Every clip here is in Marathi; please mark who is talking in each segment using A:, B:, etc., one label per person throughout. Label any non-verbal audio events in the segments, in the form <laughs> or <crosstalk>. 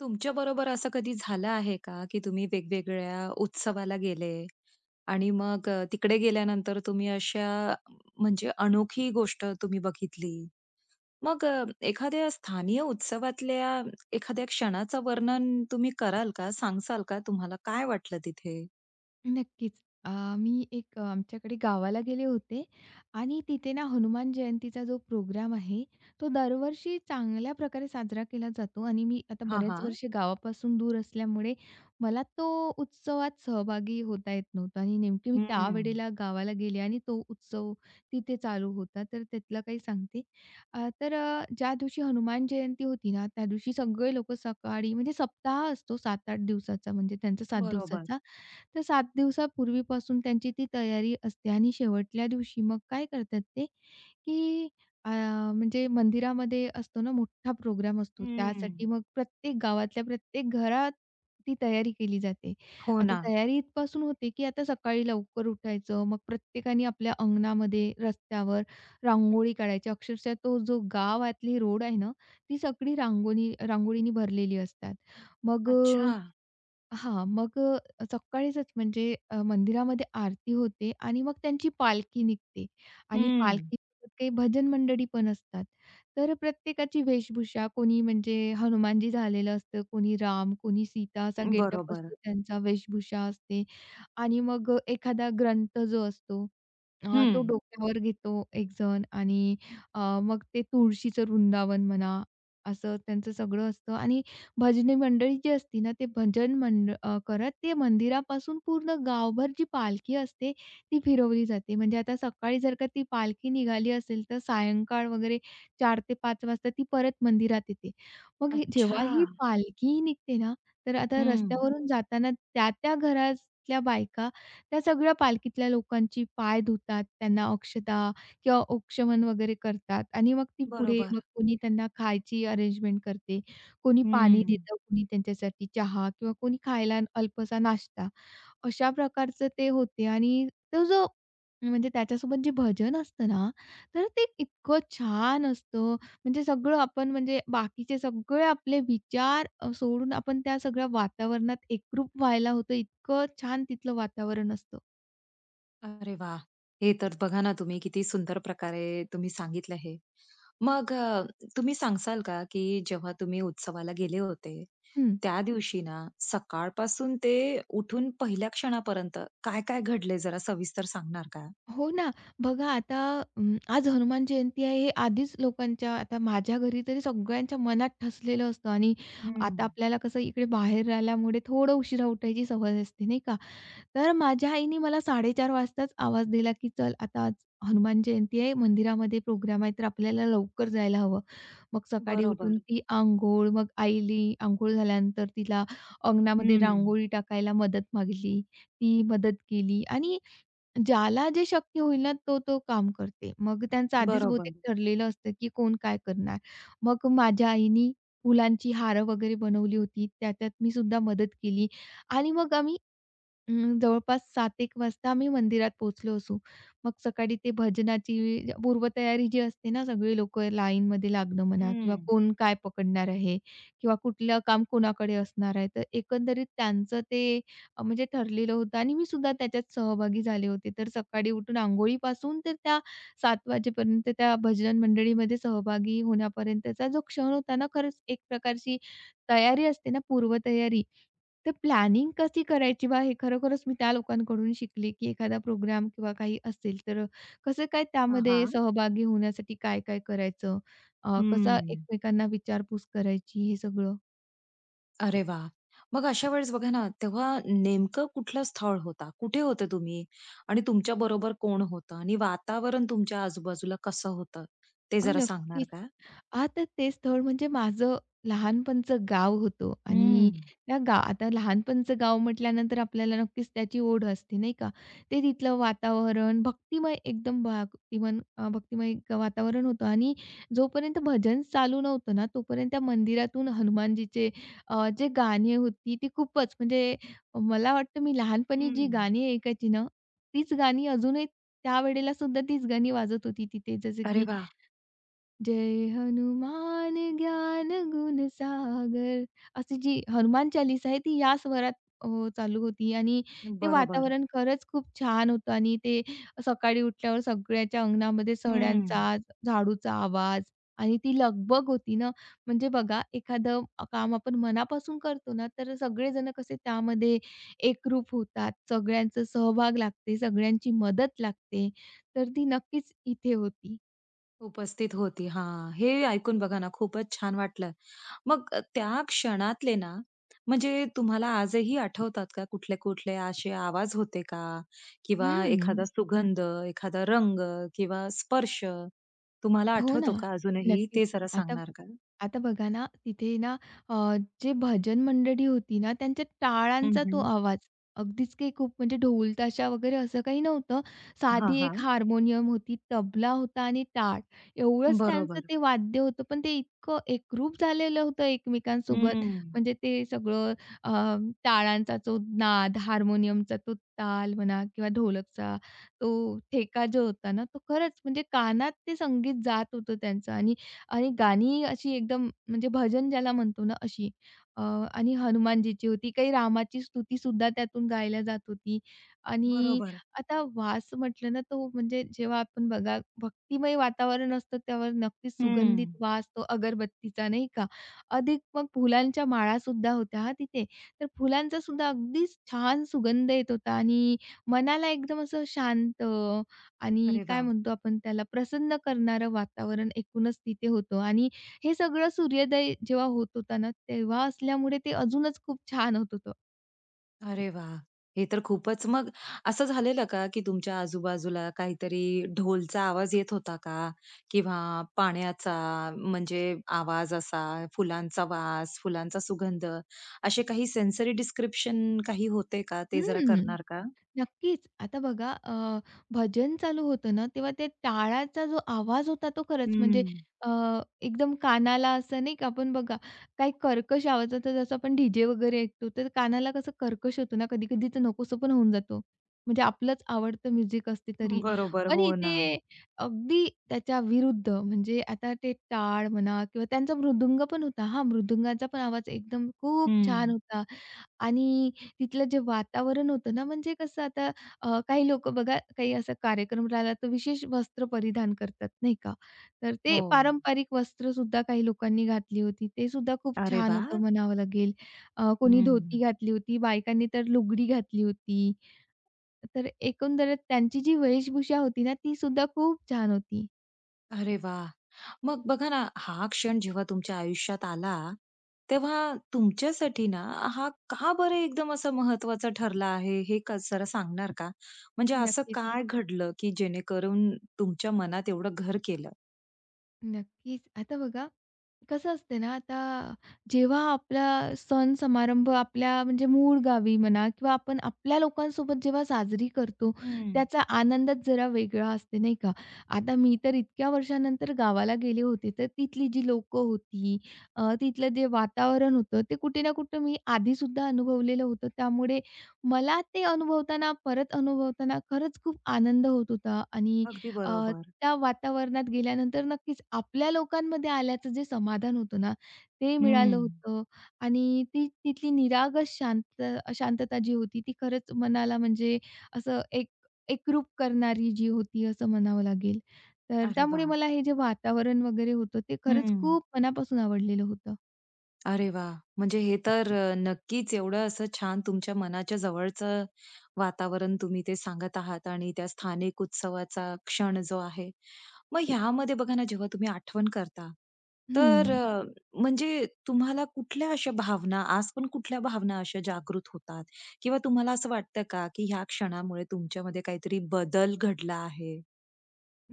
A: तुमच्या बरोबर असं कधी झालं आहे का, की तुम्ही वेगवेगळ्या उत्सवाला गेले आणि मग तिकडे गेल्यानंतर तुम्ही अशा म्हणजे अनोखी गोष्ट तुम्ही बघितली? मग एखाद्या स्थानीय उत्सवातल्या एखाद्या क्षणाचं वर्णन तुम्ही कराल का? सांगाल का? तुम्हाला काय वाटलं तिथे?
B: नक्कीच. अ, मी एक आमच्याकडे गावाला गेले होते आणि तिथे ना हनुमान जयंतीचा जो प्रोग्राम आहे, तो दरवर्षी चांगल्या प्रकारे साजरा केला जातो आणि मी आता
A: हां,
B: बरेच
A: हां.
B: वर्ष गावापासून दूर असल्यामुळे मला तो उत्सवात सहभागी होता येत नव्हता आणि नेमकी मी
A: हं.
B: त्यावेळेला गावाला गेले आणि तो उत्सव तिथे चालू होता. तर त्यातलं काही सांगते. तर ज्या दिवशी हनुमान जयंती होती ना, त्या दिवशी सगळे लोकं सकाळी म्हणजे सप्ताह असतो 7-8 दिवसाचा म्हणजे त्यांचा 7
A: बरोबर.
B: दिवसाचा. तर 7 दिवसापूर्वीपासून त्यांची ती तयारी असते आणि शेवटल्या दिवशी मग काय करतात ते, की अ, म्हणजे मंदिरामध्ये असतो ना मोठा प्रोग्राम असतो.
A: हं.
B: त्यासाठी मग प्रत्येक गावातल्या प्रत्येक घरात ती तयारी केली जाते.
A: हो
B: आता
A: ना.
B: तयारी इथपासून होते, की आता सकाळी लवकर उठायचं, मग प्रत्येकाने आपल्या अंगणामध्ये, रस्त्यावर रांगोळी काढायची. अक्षरशः तो जो गावातली रोड आहे ना, ती सगळी रांगोळी रांगोळीनी भरलेली असतात. मग
A: अच्छा.
B: अ हां, मग अ, सकाळीचच म्हणजे मंदिरामध्ये आरती होते आणि मग त्यांची पालखी निघते आणि
A: हं.
B: पालखीसोबत काही भजन मंडळी पण असतात. तर प्रत्येकाची वेशभूषा कोणी म्हणजे हनुमानजी झालेलं असतं, कोणी राम, कोणी सीता असा गेटअप
A: बरोबर.
B: असतो त्यांचा, वेशभूषा असते आणि मग एखादा ग्रंथ जो असतो
A: हं.
B: तो डोक्यावर घेतो एकजण आणि मग ते तुळशीचं वृंदावन म्हणा, असं त्यांचं सगळं असतं आणि भजनी मंडळी जी असते ना, ते करत ते मंदिरापासून पूर्ण गावभर जी पालखी असते, ती फिरवली जाते. म्हणजे आता सकाळी जर का ती पालखी निघाली असेल, तर सायंकाळ वगैरे 4:00 ते 5:00 वाजता ती परत मंदिरात येते. मग हे
A: अच्छा.
B: जेव्हा ही पालखी निघते ना, तर आता
A: हं.
B: रस्त्यावरून जाताना त्या-त्या घरातल्या बायका, त्या सगळ्या पालखीतल्या लोकांची पाय धुतात, त्यांना अक्षता किंवा औक्षमन वगैरे करतात आणि मग ती पुढे मग
A: बरोबर.
B: कोणी त्यांना खायची अरेंजमेंट करते, कोणी पाणी
A: हं.
B: देतं, कोणी त्यांच्यासाठी चहा किंवा कोणी खायला अल्पसा नाश्ता. अशा प्रकारचं ते होते आणि तो जो म्हणजे त्याच्यासोबत जे भजन असतं ना, तर ते इतकं छान असतं. म्हणजे सगळं आपण म्हणजे बाकीचे सगळे आपले विचार सोडून आपण त्या सगळ्या वातावरणात एकरूप व्हायला होतं. इतकं छान तिथलं वातावरण असतं.
A: अरे वाह! हे तर बघा ना, तुम्ही किती सुंदर प्रकारे तुम्ही सांगितलं हे. मग तुम्ही सांगसाल का, की जेव्हा तुम्ही उत्सवाला गेले होते,
B: हं.
A: त्या दिवशी ना सकाळपासून ते उठून पहिल्या क्षणापर्यंत काय-काय घडले जरा सविस्तर सांगणार का?
B: हो ना. बघा आता आज हनुमान जयंती आहे हे आधीच लोकांच्या आता माझ्या घरी तरी सगळ्यांच्या मनात ठसलेलं असतं आणि
A: हं.
B: आता आपल्याला कसं इकडे बाहेर राहिल्यामुळे थोडं उशिरा उठायची सवय असते नाही का? तर माझ्या आईने मला 4:30 वाजताच आवाज दिला, की "चल आता आज हनुमान जयंती आहे, मंदिरामध्ये प्रोग्राम आहे तर आपल्याला लवकर जायला हवं." मग सकाळी उठून
A: बरोबर.
B: ती अंघोळ मग आईली अंघोळ झाल्यानंतर तिला अंगणामध्ये
A: हं.
B: रांगोळी टाकायला मदत मागितली. ती मदत केली आणि ज्याला जे शक्य होईल ना, तो काम करते. मग त्यांचं आधीच
A: बरोबर.
B: बहुतेक ठरलेलं असतं, की कोण काय करणार. मग माझ्या आईनी फुलांची हार वगैरे बनवली होती. त्याच्यात मी सुद्धा मदत केली आणि मग आम्ही जवळपास 7:00-1:00 वाजता आम्ही मंदिरात पोहोचलो असू. मग सकाळी ते भजनाची पूर्वतयारी जी असते ना, सगळी लोकं लाईनमध्ये लागणं म्हणा किंवा
A: हं.
B: कोण काय पकडणार आहे किंवा कुठलं काम कोणाकडे असणार आहे. तर एकंदरीत त्यांचं ते म्हणजे ठरलेलं होतं आणि मी सुद्धा त्याच्यात सहभागी झाले होते. तर सकाळी उठून अंघोळीपासून तर त्या 7:00 वाजेपर्यंत त्या भजन मंडळीमध्ये सहभागी होण्यापर्यंतचा जो क्षण होता ना, खरंच एक प्रकारची तयारी असते ना, पूर्वतयारी तर प्लॅनिंग कशी करायची बा, हे खरोखरच मी त्या लोकांकडून शिकले, की एखादा प्रोग्राम किंवा काही असेल, तर कसं काय
A: हां,
B: त्यामध्ये
A: हां.
B: सहभागी होण्यासाठी काय-काय करायचं? कसं एकमेकांना विचारपूस करायची हे सगळं?
A: अरे वाह! मग अशा वेळेस बघा ना, तेव्हा नेमकं कुठलं स्थळ होता? कुठे होते तुम्ही? आणि तुमच्याबरोबर कोण होतं? आणि वातावरण तुमच्या आजूबाजूला कसं होतं? ते जरा सांगणार
B: नक्कीच.
A: का?
B: हां, तर ते स्थळ म्हणजे माझं लहानपणचं गाव होतं
A: हं.
B: आणि त्या गा आता लहानपणचं गाव म्हटल्यानंतर आपल्याला नक्कीच त्याची ओढ असते, नाही का? ते तिथलं वातावरण भक्तिमय एकदम भक्तिमय वातावरण होतं आणि जोपर्यंत भजन चालू नव्हतं ना, तोपर्यंत त्या मंदिरातून हनुमानजीचे जे गाणी होती ती खूपच म्हणजे मला वाटतं मी लहानपणी जी
A: हं.
B: गाणी ऐकायची ना, तीच गाणी अजूनही त्यावेळेला सुद्धा तीच गाणी वाजत होती तिथे. जसं
A: अरे
B: की
A: वाह!
B: जय हनुमान ज्ञान गुण सागर अशी जी हनुमान चालीसा आहे ती या स्वरात अ, चालू होती आणि ते
A: बरोबर.
B: वातावरण खरंच खूप छान होतं आणि ते सकाळी उठल्यावर सगळ्याच्या अंगणामध्ये
A: हं.
B: सड्यांचा, झाडूचा आवाज आणि ती लगबग होती ना, म्हणजे बघा एखादं काम आपण मनापासून करतो ना, तर सगळेजण कसे त्यामध्ये एकरूप होतात. सगळ्यांचा सहभाग लागते, सगळ्यांची मदत लागते. तर ती नक्कीच इथे होती.
A: उपस्थित होती. हां. हे ऐकून बघा ना खूपच छान वाटलं. मग त्या क्षणातले ना म्हणजे तुम्हाला आजही आठवतात का कुठले-कुठले असे आवाज होते का? किंवा
B: हं.
A: एखादा सुगंध, एखादा रंग किंवा स्पर्श तुम्हाला
B: हो
A: आठवतो
B: ना.
A: का अजूनही?
B: नक्कीच.
A: ते जरा
B: आता
A: सांगणार का?
B: आता बघा ना, तिथे ना अ, जे भजन मंडळी होती ना, त्यांच्या
A: हं,
B: टाळांचा
A: हं.
B: तो आवाज, अगदीच काही खूप म्हणजे ढोल, ताशा वगैरे असं काही नव्हतं.
A: हां,
B: साधी एक
A: हां.
B: हार्मोनियम होती, तबला होता आणि टाळ. एवढंच त्यांचं
A: बरोबर.
B: ते वाद्य होतं, पण ते इतकं एकरूप झालेलं होतं एकमेकांसोबत.
A: हं.
B: म्हणजे ते सगळं अ, टाळांचा तो नाद, हार्मोनियमचा तो ताल म्हणा किंवा ढोलकचा तो ठेका जो होता ना, तो खरंच म्हणजे कानात ते संगीत जात होतं त्यांचं आणि आणि गाणी अशी एकदम म्हणजे भजन ज्याला म्हणतो ना अशी. अ, आणि हनुमानजीची होती. काही रामाची स्तुतीसुद्धा त्यातून गायला जात होती. आणि
A: बरोबर.
B: आता वास म्हटलं ना तो म्हणजे जेव्हा आपण बघा भक्तिमय वातावरण असतं त्यावर नक्कीच सुगंधित
A: हं.
B: वास तो अगरबत्तीचा नाही का? अधिक मग फुलांच्या माळासुद्धा होत्या हां तिथे. तर फुलांचासुद्धा अगदीच छान सुगंध येत होता आणि मनाला एकदम असं शांत आणि
A: अरे
B: काय
A: वाह!
B: म्हणतो आपण त्याला प्रसन्न करणारं वातावरण एकूणच तिथे होतं आणि हे सगळं सूर्योदय जेव्हा होत होता ना, तेव्हा असल्यामुळे ते अजूनच खूप छान होत होतं.
A: अरे वा, हे तर खूपच मग असं झालेलं का, की तुमच्या आजूबाजूला काहीतरी ढोलचा आवाज येत होता का? किंवा पाण्याचा म्हणजे आवाज असा, फुलांचा वास, फुलांचा सुगंध, असे काही सेन्सरी डिस्क्रिप्शन काही होते का? ते जरा
B: हं.
A: करणार का?
B: नक्कीच. आता बघा भजन चालू होतं ना, तेव्हा ते टाळाचा जो आवाज होता तो खरंच
A: हं.
B: म्हणजे अ, एकदम कानाला असं नाही का आपण बघा काही कर्कश आवाज होता जसं आपण डी-जे वगैरे ऐकतो, तर कानाला कसं कर्कश होतो ना कधी-कधी तर नकोसं पण होऊन जातो. म्हणजे आपलंच आवडतं म्युझिक असते तरी.
A: बरोबर.
B: पण
A: हो ना.
B: इथे अगदी त्याच्या विरुद्ध म्हणजे आता ते टाळ म्हणा किंवा त्यांचा मृदुंग पण होता. हां, मृदुंगाचा पण आवाज एकदम खूप छान
A: हं.
B: होता. आणि तिथलं जे वातावरण होतं ना, म्हणजे कसं आता काही लोकं बघा, काही असा कार्यक्रम राहिला तर विशेष वस्त्र परिधान करतात, नाही का? तर ते
A: हो.
B: पारंपरिक वस्त्रसुद्धा काही लोकांनी घातली होती. ते सुद्धा खूप
A: अरे
B: छान
A: वाह!
B: होतं म्हणावं लागेल. कोणी धोती
A: हं.
B: घातली होती, बायकांनी तर लुगडी घातली होती. तर एकंदरीत त्यांची जी वेशभूषा होती ना, ती सुद्धा खूप छान होती.
A: अरे वाह! मग बघा ना, हा क्षण जेव्हा तुमच्या आयुष्यात आला, तेव्हा तुमच्यासाठी ना हा का बरं एकदम असा महत्वाचा ठरला आहे, हे का जरा सांगणार का? म्हणजे असं
B: नक्कीच,
A: काय घडलं, की जेणेकरून तुमच्या मनात एवढं घर केलं?
B: नक्कीच. आता बघा कसं असते ना, आता जेव्हा आपला सण समारंभ आपल्या म्हणजे मूळ गावी म्हणा किंवा आपण आपल्या लोकांसोबत जेव्हा साजरी करतो,
A: हं.
B: त्याचा आनंदच जरा वेगळा असते, नाही का? आता मी तर इतक्या वर्षानंतर गावाला गेले होते, तर तिथली जी लोकं होती, तिथलं जे वातावरण होतं, ते कुठे ना कुठे मी आधीसुद्धा अनुभवलेलं होतं. त्यामुळे मला ते अनुभवताना, परत अनुभवताना खरंच खूप आनंद होत होता आणि
A: अगदी बरोबर.
B: त्या वातावरणात गेल्यानंतर नक्कीच आपल्या लोकांमध्ये आल्याचं जे समाधान होतं ना, ते मिळालं
A: हं.
B: होतं आणि ती तिथली निरागस शांत शांतता जी होती ती खरंच मनाला म्हणजे असं एक एकरूप करणारी जी होती असं म्हणावं लागेल. तर
A: अरे
B: त्यामुळे
A: वाह!
B: मला हे जे वातावरण वगैरे होतं ते खरंच
A: हं.
B: खूप मनापासून आवडलेलं होतं.
A: अरे वा, म्हणजे हे तर नक्कीच एवढं असं छान तुमच्या मनाच्या जवळचं वातावरण तुम्ही ते सांगत आहात आणि त्या स्थानिक उत्सवाचा क्षण जो आहे. मग ह्यामध्ये बघा ना, जेव्हा तुम्ही आठवण करता, तर
B: हं.
A: म्हणजे तुम्हाला कुठल्या अशा भावना, आज पण कुठल्या भावना अशा जागृत होतात? किंवा तुम्हाला असं वाटतं का, की ह्या क्षणामुळे तुमच्यामध्ये काहीतरी बदल घडला आहे?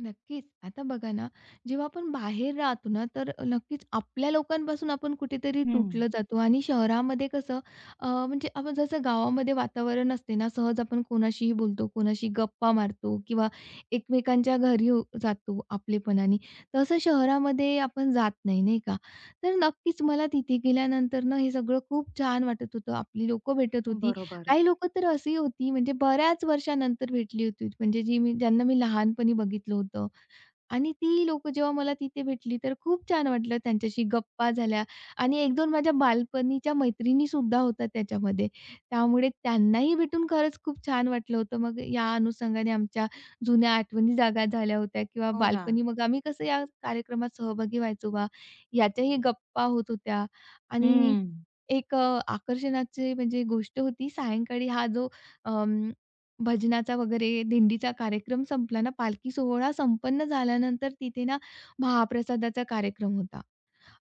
B: नक्कीच. आता बघा ना, जेव्हा आपण बाहेर राहतो ना, तर नक्कीच आपल्या लोकांपासून आपण कुठेतरी
A: हं.
B: तुटलं जातो आणि शहरामध्ये कसं म्हणजे आपण जसं गावामध्ये वातावरण असते ना, सहज आपण कोणाशीही बोलतो, कोणाशी गप्पा मारतो किंवा एकमेकांच्या घरी जातो आपलेपणाने. तसं शहरामध्ये आपण जात नाही, नाही का? तर नक्कीच मला तिथे गेल्यानंतर ना, हे सगळं खूप छान वाटत होतं. आपली लोकं भेटत होती.
A: बरोबर.
B: काही लोकं तर अशी होती म्हणजे बऱ्याच वर्षानंतर भेटली होती, म्हणजे जी मी ज्यांना मी लहानपणी बघितलं होतं. आणि ती लोकं जेव्हा मला तिथे भेटली, तर खूप छान वाटलं त्यांच्याशी गप्पा झाल्या आणि एक दोन माझ्या बालपणीच्या मैत्रिणीसुद्धा होत्या त्याच्यामध्ये. त्यामुळे त्यांनाही भेटून खरंच खूप छान वाटलं होतं. मग या अनुषंगाने आमच्या जुन्या आठवणी जागा झाल्या होत्या किंवा
A: हो ना.
B: बालपणी मग आम्ही कसं या कार्यक्रमात सहभागी व्हायचो बा, याच्याही गप्पा होत होत्या. आणि
A: हं.
B: एक आकर्षणाची म्हणजे गोष्ट होती सायंकाळी हा जो भजनाचा वगैरे दिंडीचा कार्यक्रम संपला ना, पालखी सोहळा संपन्न झाल्यानंतर तिथे ना, महाप्रसादाचा कार्यक्रम होता.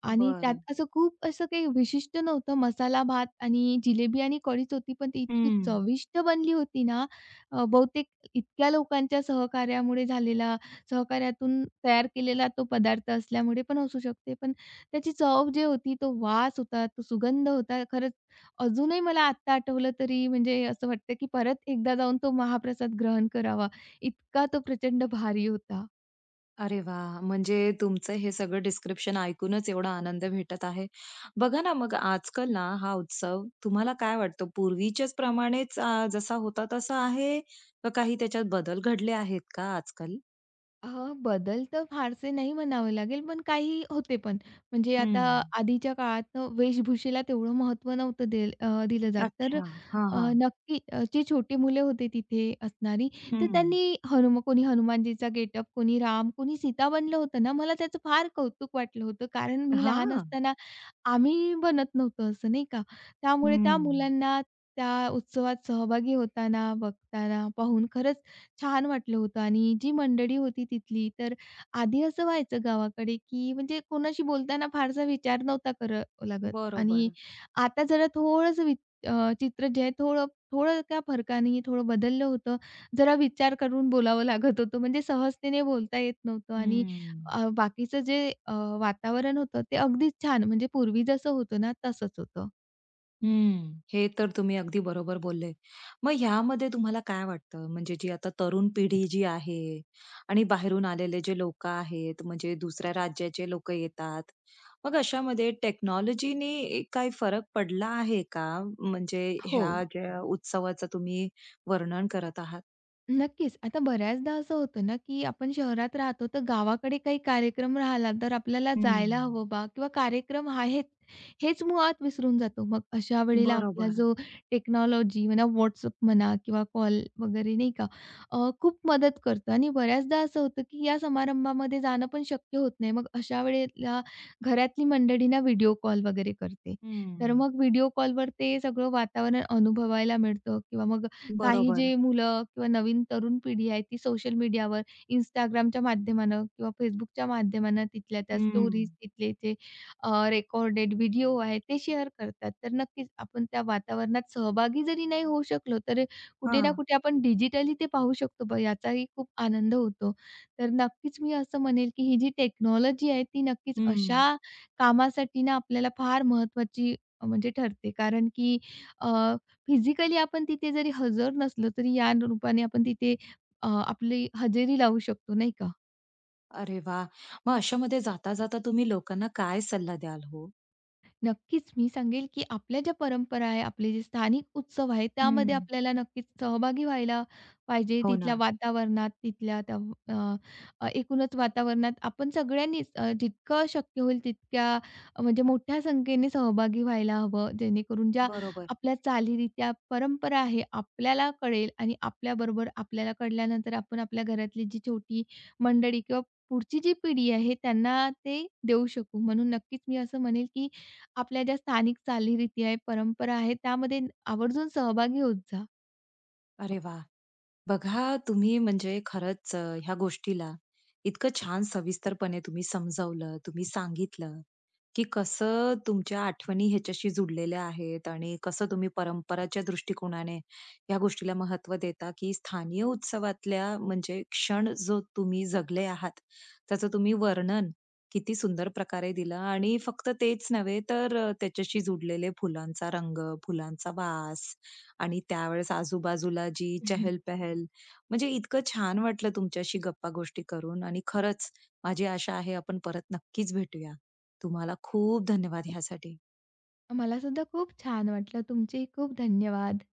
B: आणि त्यात
A: बरं.
B: असं खूप असं काही विशिष्ट नव्हतं. मसाला भात आणि जिलेबी आणि कढीच होती, पण ती इतकी
A: हं.
B: चविष्ट बनली होती ना, बहुतेक इतक्या लोकांच्या सहकार्यामुळे झालेला सहकार्यातून तयार केलेला तो पदार्थ असल्यामुळे पण असू शकते. पण त्याची चव जे होती, तो वास होता, तो सुगंध होता. खरंच अजूनही मला आत्ता आठवलं तरी म्हणजे असं वाटतं, की परत एकदा जाऊन तो महाप्रसाद ग्रहण करावा. इतका तो प्रचंड भारी होता.
A: अरे वा, म्हणजे तुमचं हे सगळं डिस्क्रिप्शन ऐकूनच एवढा आनंद भेटत आहे. बघा ना, मग आजकाल ना हा उत्सव तुम्हाला काय वाटतं पूर्वीच्याच प्रमाणेच जसा होता तसा आहे का काही त्याच्यात बदल घडले आहेत का आजकाल?
B: अ, बदल तर फारसे नाही म्हणावे लागेल, पण काही होते पण. म्हणजे आता
A: हं.
B: आधीच्या काळात वेशभूषेला तेवढं महत्त्व नव्हतं दिलं जात. तर
A: अच्छा. हां, हां.
B: जी छोटी मुले होती तिथे असणारी, तर
A: हं.
B: त्यांनी कोणी हनुमानजीचा गेटअप, कोणी राम, कोणी सीता बनलं होतं ना, मला त्याचं फार कौतुक वाटलं होतं. कारण मी लहान
A: हां.
B: असताना आम्ही बनत नव्हतो असं नाही का. त्यामुळे त्या
A: हं.
B: मुलांना त्या उत्सवात सहभागी होताना, बघताना, पाहून खरंच छान वाटलं होतं आणि जी मंडळी होती तिथली, तर आधी असं व्हायचं गावाकडे, की म्हणजे कोणाशी बोलताना फारसा विचार नव्हता करावा लागत आणि
A: बरोबर.
B: आता जरा चित्र जे आहे थोडं थोडं त्या फरकाने थोडं बदललं होतं. जरा विचार करून बोलावं लागत होतं, म्हणजे सहजतेने बोलता येत नव्हतं आणि
A: हं.
B: बाकीचं जे अ, वातावरण होतं ते अगदीच छान म्हणजे पूर्वी जसं होतं ना तसंच होतं.
A: हम्म. हे तर तुम्ही अगदी बरोबर बोलले. मग ह्यामध्ये तुम्हाला काय वाटतं? म्हणजे जी आता तरुण पिढी जी आहे आणि बाहेरून आलेले जे लोकं आहेत, म्हणजे दुसऱ्या राज्याचे लोकं येतात. मग अशामध्ये टेक्नॉलॉजीने काही फरक पडला आहे का? म्हणजे
B: हो.
A: ह्या ज्या उत्सवाचं तुम्ही वर्णन करत आहात?
B: नक्कीच. आता बऱ्याचदा असं होतं ना, की आपण शहरात राहतो, तर गावाकडे काही कार्यक्रम राहिला, तर आपल्याला जायला
A: हम्म.
B: हवं बा किंवा कार्यक्रम आहेत, हेच मुळात विसरून जातो. मग अशा वेळेला आपला
A: बरोबर.
B: जो टेक्नॉलॉजी म्हणा, WhatsApp म्हणा किंवा कॉल वगैरे नाही का, खूप मदत करतो आणि बऱ्याचदा असं होतं, की या समारंभामध्ये जाणं पण शक्य होत नाही. मग अशा वेळेला घरातली मंडळींना व्हिडिओ कॉल वगैरे करते. तर
A: हम्म.
B: मग व्हिडिओ कॉलवर ते सगळं वातावरण अनुभवायला मिळतं किंवा मग काही
A: बरोबर.
B: जे मुलं किंवा नवीन तरुण पिढी आहे ती सोशल मीडियावर Instagramच्या माध्यमानं किंवा Facebookच्या माध्यमानं तिथल्या त्या स्टोरीज,
A: हम्म.
B: तिथले जे रेकॉर्डेड व्हिडिओ आहेत ते शेअर करतात. तर नक्कीच आपण त्या वातावरणात सहभागी जरी नाही होऊ शकलो, तर कुठे ना
A: हां.
B: कुठे आपण डिजिटली ते पाहू शकतो बघ याचाही खूप आनंद होतो. तर नक्कीच मी असं म्हणेल, की ही जी टेक्नॉलॉजी आहे ती नक्कीच
A: हम्म.
B: अशा कामासाठी ना आपल्याला फार महत्त्वाची म्हणजे ठरते. कारण की फिजिकली आपण तिथे जरी हजर नसलो, तरी या रूपाने आपण तिथे आपली हजेरी लावू शकतो, नाही का?
A: अरे वाह! मग अशामध्ये जाता-जाता तुम्ही लोकांना काय सल्ला द्याल हो?
B: नक्कीच, मी सांगेल की आपल्या ज्या परंपरा आहे, आपले जे स्थानिक उत्सव आहे, त्यामध्ये
A: हं.
B: आपल्याला नक्कीच सहभागी व्हायला पाहिजे.
A: हो
B: तिथल्या
A: ना.
B: वातावरणात, तिथल्या त्या अ, अ, एकूणच वातावरणात आपण सगळ्यांनीच जितकं शक्य होईल तितक्या म्हणजे मोठ्या संख्येने सहभागी व्हायला हवं. जेणेकरून ज्या
A: बरोबर.
B: आपल्या चालीरीत्या, परंपरा आहे, आपल्याला कळेल आणि आपल्याबरोबर आपल्याला कळल्यानंतर आपण आपल्या घरातली जी छोटी मंडळी किंवा पुढची जी पिढी आहे, त्यांना ते देऊ शकू. म्हणून नक्कीच मी असं म्हणेल की आपल्या ज्या स्थानिक चालीरीती आहे, परंपरा आहे, त्यामध्ये आवर्जून सहभागी होत जा.
A: अरे वा, बघा तुम्ही म्हणजे खरंच ह्या गोष्टीला इतकं छान सविस्तरपणे तुम्ही समजावलं, तुम्ही सांगितलं, की कसं तुमच्या आठवणी ह्याच्याशी जुडलेल्या आहेत आणि कसं तुम्ही परंपराच्या दृष्टिकोनाने या गोष्टीला महत्त्व देता, की स्थानीय उत्सवातल्या म्हणजे क्षण जो तुम्ही जगले आहात, त्याचं तुम्ही वर्णन किती सुंदर प्रकारे दिलं आणि फक्त तेच नव्हे तर त्याच्याशी जुडलेले फुलांचा रंग, फुलांचा वास आणि त्यावेळेस आजूबाजूला जी
B: <laughs>
A: चहल-पहल, म्हणजे इतकं छान वाटलं तुमच्याशी गप्पा-गोष्टी करून आणि खरंच माझी आशा आहे आपण परत नक्कीच भेटूया. तुम्हाला खूप धन्यवाद ह्यासाठी.
B: मला सुद्धा खूप छान वाटलं. तुमचे खूप धन्यवाद.